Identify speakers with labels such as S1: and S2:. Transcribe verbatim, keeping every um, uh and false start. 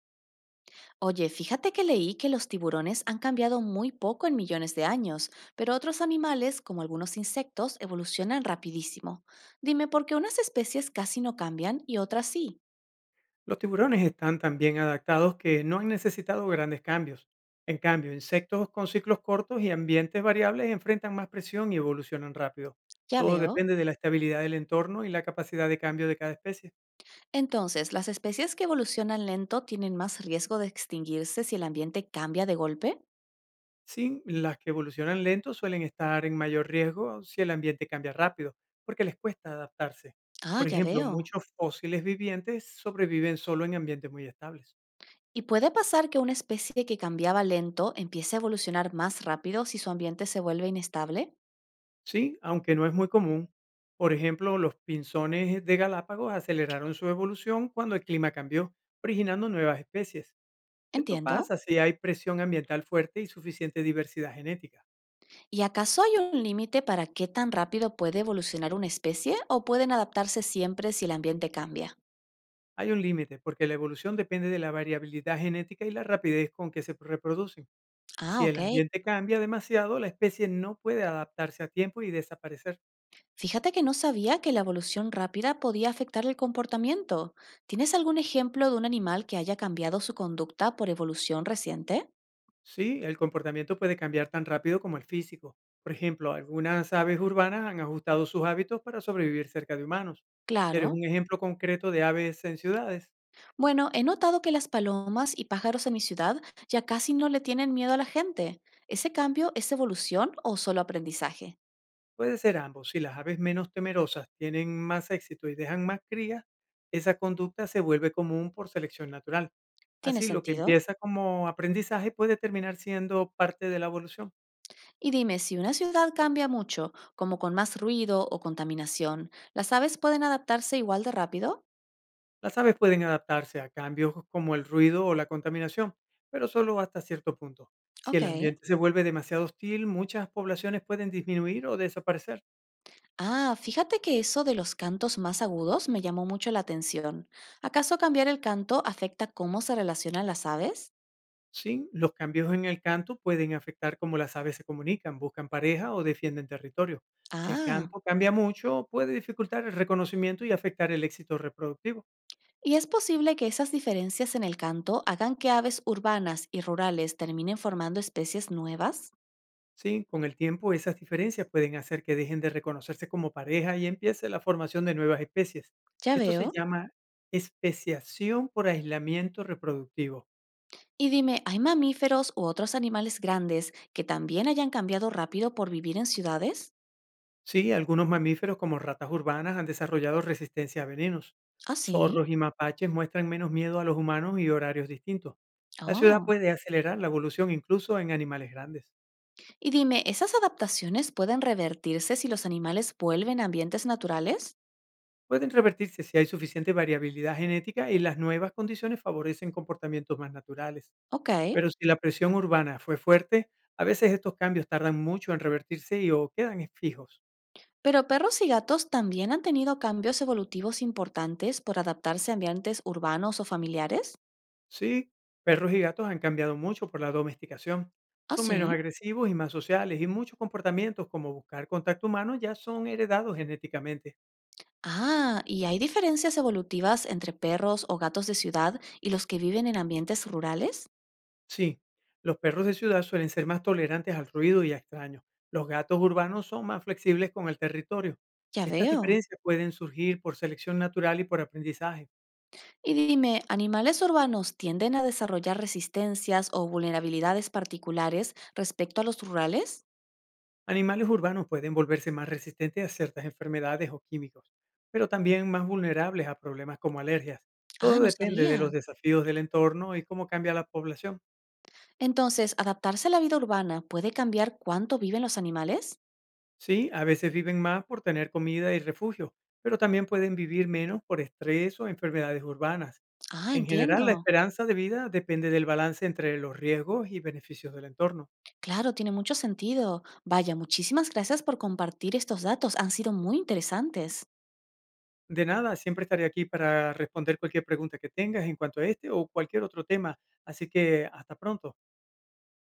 S1: Oye, fíjate que leí que los tiburones han cambiado muy poco en millones de años, pero otros animales, como algunos insectos, evolucionan rapidísimo. Dime por qué unas especies casi no cambian y otras sí.
S2: Los tiburones están tan bien adaptados que no han necesitado grandes cambios. En cambio, insectos con ciclos cortos y ambientes variables enfrentan más presión y evolucionan rápido.
S1: Ya
S2: Todo
S1: veo.
S2: depende de la estabilidad del entorno y la capacidad de cambio de cada especie.
S1: Entonces, ¿las especies que evolucionan lento tienen más riesgo de extinguirse si el ambiente cambia de golpe?
S2: Sin las que evolucionan lento suelen estar en mayor riesgo si el ambiente cambia rápido, porque les cuesta adaptarse.
S1: Ah,
S2: Por
S1: ya
S2: ejemplo,
S1: veo.
S2: muchos fósiles vivientes sobreviven solo en ambientes muy estables.
S1: ¿Y puede pasar que una especie que cambiaba lento empiece a evolucionar más rápido si su ambiente se vuelve inestable?
S2: Sí, aunque no es muy común. Por ejemplo, los pinzones de Galápagos aceleraron su evolución cuando el clima cambió, originando nuevas especies. Esto
S1: Entiendo.
S2: pasa si hay presión ambiental fuerte y suficiente diversidad genética.
S1: ¿Y acaso hay un límite para qué tan rápido puede evolucionar una especie o pueden adaptarse siempre si el ambiente cambia?
S2: Hay un límite porque la evolución depende de la variabilidad genética y la rapidez con que se reproducen.
S1: Ah,
S2: Si el
S1: ok.
S2: ambiente cambia demasiado, la especie no puede adaptarse a tiempo y desaparecer.
S1: Fíjate que no sabía que la evolución rápida podía afectar el comportamiento. ¿Tienes algún ejemplo de un animal que haya cambiado su conducta por evolución reciente?
S2: Sí, el comportamiento puede cambiar tan rápido como el físico. Por ejemplo, algunas aves urbanas han ajustado sus hábitos para sobrevivir cerca de humanos. ¿Quieres
S1: Claro.
S2: un ejemplo concreto de aves en ciudades?
S1: Bueno, he notado que las palomas y pájaros en mi ciudad ya casi no le tienen miedo a la gente. ¿Ese cambio es evolución o solo aprendizaje?
S2: Puede ser ambos. Si las aves menos temerosas tienen más éxito y dejan más crías, esa conducta se vuelve común por selección natural.
S1: ¿Tiene
S2: Así, lo que
S1: sentido?
S2: empieza como aprendizaje puede terminar siendo parte de la evolución.
S1: Y dime, si una ciudad cambia mucho, como con más ruido o contaminación, ¿las aves pueden adaptarse igual de rápido?
S2: Las aves pueden adaptarse a cambios como el ruido o la contaminación, pero solo hasta cierto punto. Si
S1: Ok.
S2: el ambiente se vuelve demasiado hostil, muchas poblaciones pueden disminuir o desaparecer.
S1: Ah, fíjate que eso de los cantos más agudos me llamó mucho la atención. ¿Acaso cambiar el canto afecta cómo se relacionan las aves?
S2: Sí, los cambios en el canto pueden afectar cómo las aves se comunican, buscan pareja o defienden territorio. Si el
S1: Ah.
S2: canto cambia mucho, puede dificultar el reconocimiento y afectar el éxito reproductivo.
S1: ¿Y es posible que esas diferencias en el canto hagan que aves urbanas y rurales terminen formando especies nuevas?
S2: Sí, con el tiempo esas diferencias pueden hacer que dejen de reconocerse como pareja y empiece la formación de nuevas especies.
S1: Ya
S2: Esto se
S1: veo.
S2: llama especiación por aislamiento reproductivo.
S1: Y dime, ¿hay mamíferos u otros animales grandes que también hayan cambiado rápido por vivir en ciudades?
S2: Sí, algunos mamíferos como ratas urbanas han desarrollado resistencia a venenos.
S1: ¿Ah, sí?
S2: Zorros y mapaches muestran menos miedo a los humanos y horarios distintos. La ciudad
S1: Oh.
S2: puede acelerar la evolución incluso en animales grandes.
S1: Y dime, ¿esas adaptaciones pueden revertirse si los animales vuelven a ambientes naturales?
S2: Pueden revertirse si hay suficiente variabilidad genética y las nuevas condiciones favorecen comportamientos más naturales.
S1: Ok.
S2: Pero si la presión urbana fue fuerte, a veces estos cambios tardan mucho en revertirse y o quedan fijos.
S1: ¿Pero perros y gatos también han tenido cambios evolutivos importantes por adaptarse a ambientes urbanos o familiares?
S2: Sí, perros y gatos han cambiado mucho por la domesticación.
S1: ¿Ah,
S2: Son menos
S1: sí?
S2: agresivos y más sociales y muchos comportamientos como buscar contacto humano ya son heredados genéticamente.
S1: Ah, ¿y hay diferencias evolutivas entre perros o gatos de ciudad y los que viven en ambientes rurales?
S2: Sí, los perros de ciudad suelen ser más tolerantes al ruido y a extraños. Los gatos urbanos son más flexibles con el territorio.
S1: Ya
S2: Estas
S1: veo.
S2: diferencias pueden surgir por selección natural y por aprendizaje.
S1: Y dime, ¿animales urbanos tienden a desarrollar resistencias o vulnerabilidades particulares respecto a los rurales?
S2: Animales urbanos pueden volverse más resistentes a ciertas enfermedades o químicos, pero también más vulnerables a problemas como alergias.
S1: Ah,
S2: Todo
S1: no
S2: depende de
S1: sabía.
S2: los desafíos del entorno y cómo cambia la población.
S1: Entonces, ¿adaptarse a la vida urbana puede cambiar cuánto viven los animales?
S2: Sí, a veces viven más por tener comida y refugio, pero también pueden vivir menos por estrés o enfermedades urbanas.
S1: Ah,
S2: En general, la
S1: entiendo.
S2: esperanza de vida depende del balance entre los riesgos y beneficios del entorno.
S1: Claro, tiene mucho sentido. Vaya, muchísimas gracias por compartir estos datos. Han sido muy interesantes.
S2: De nada, siempre estaré aquí para responder cualquier pregunta que tengas en cuanto a este o cualquier otro tema, así que hasta pronto.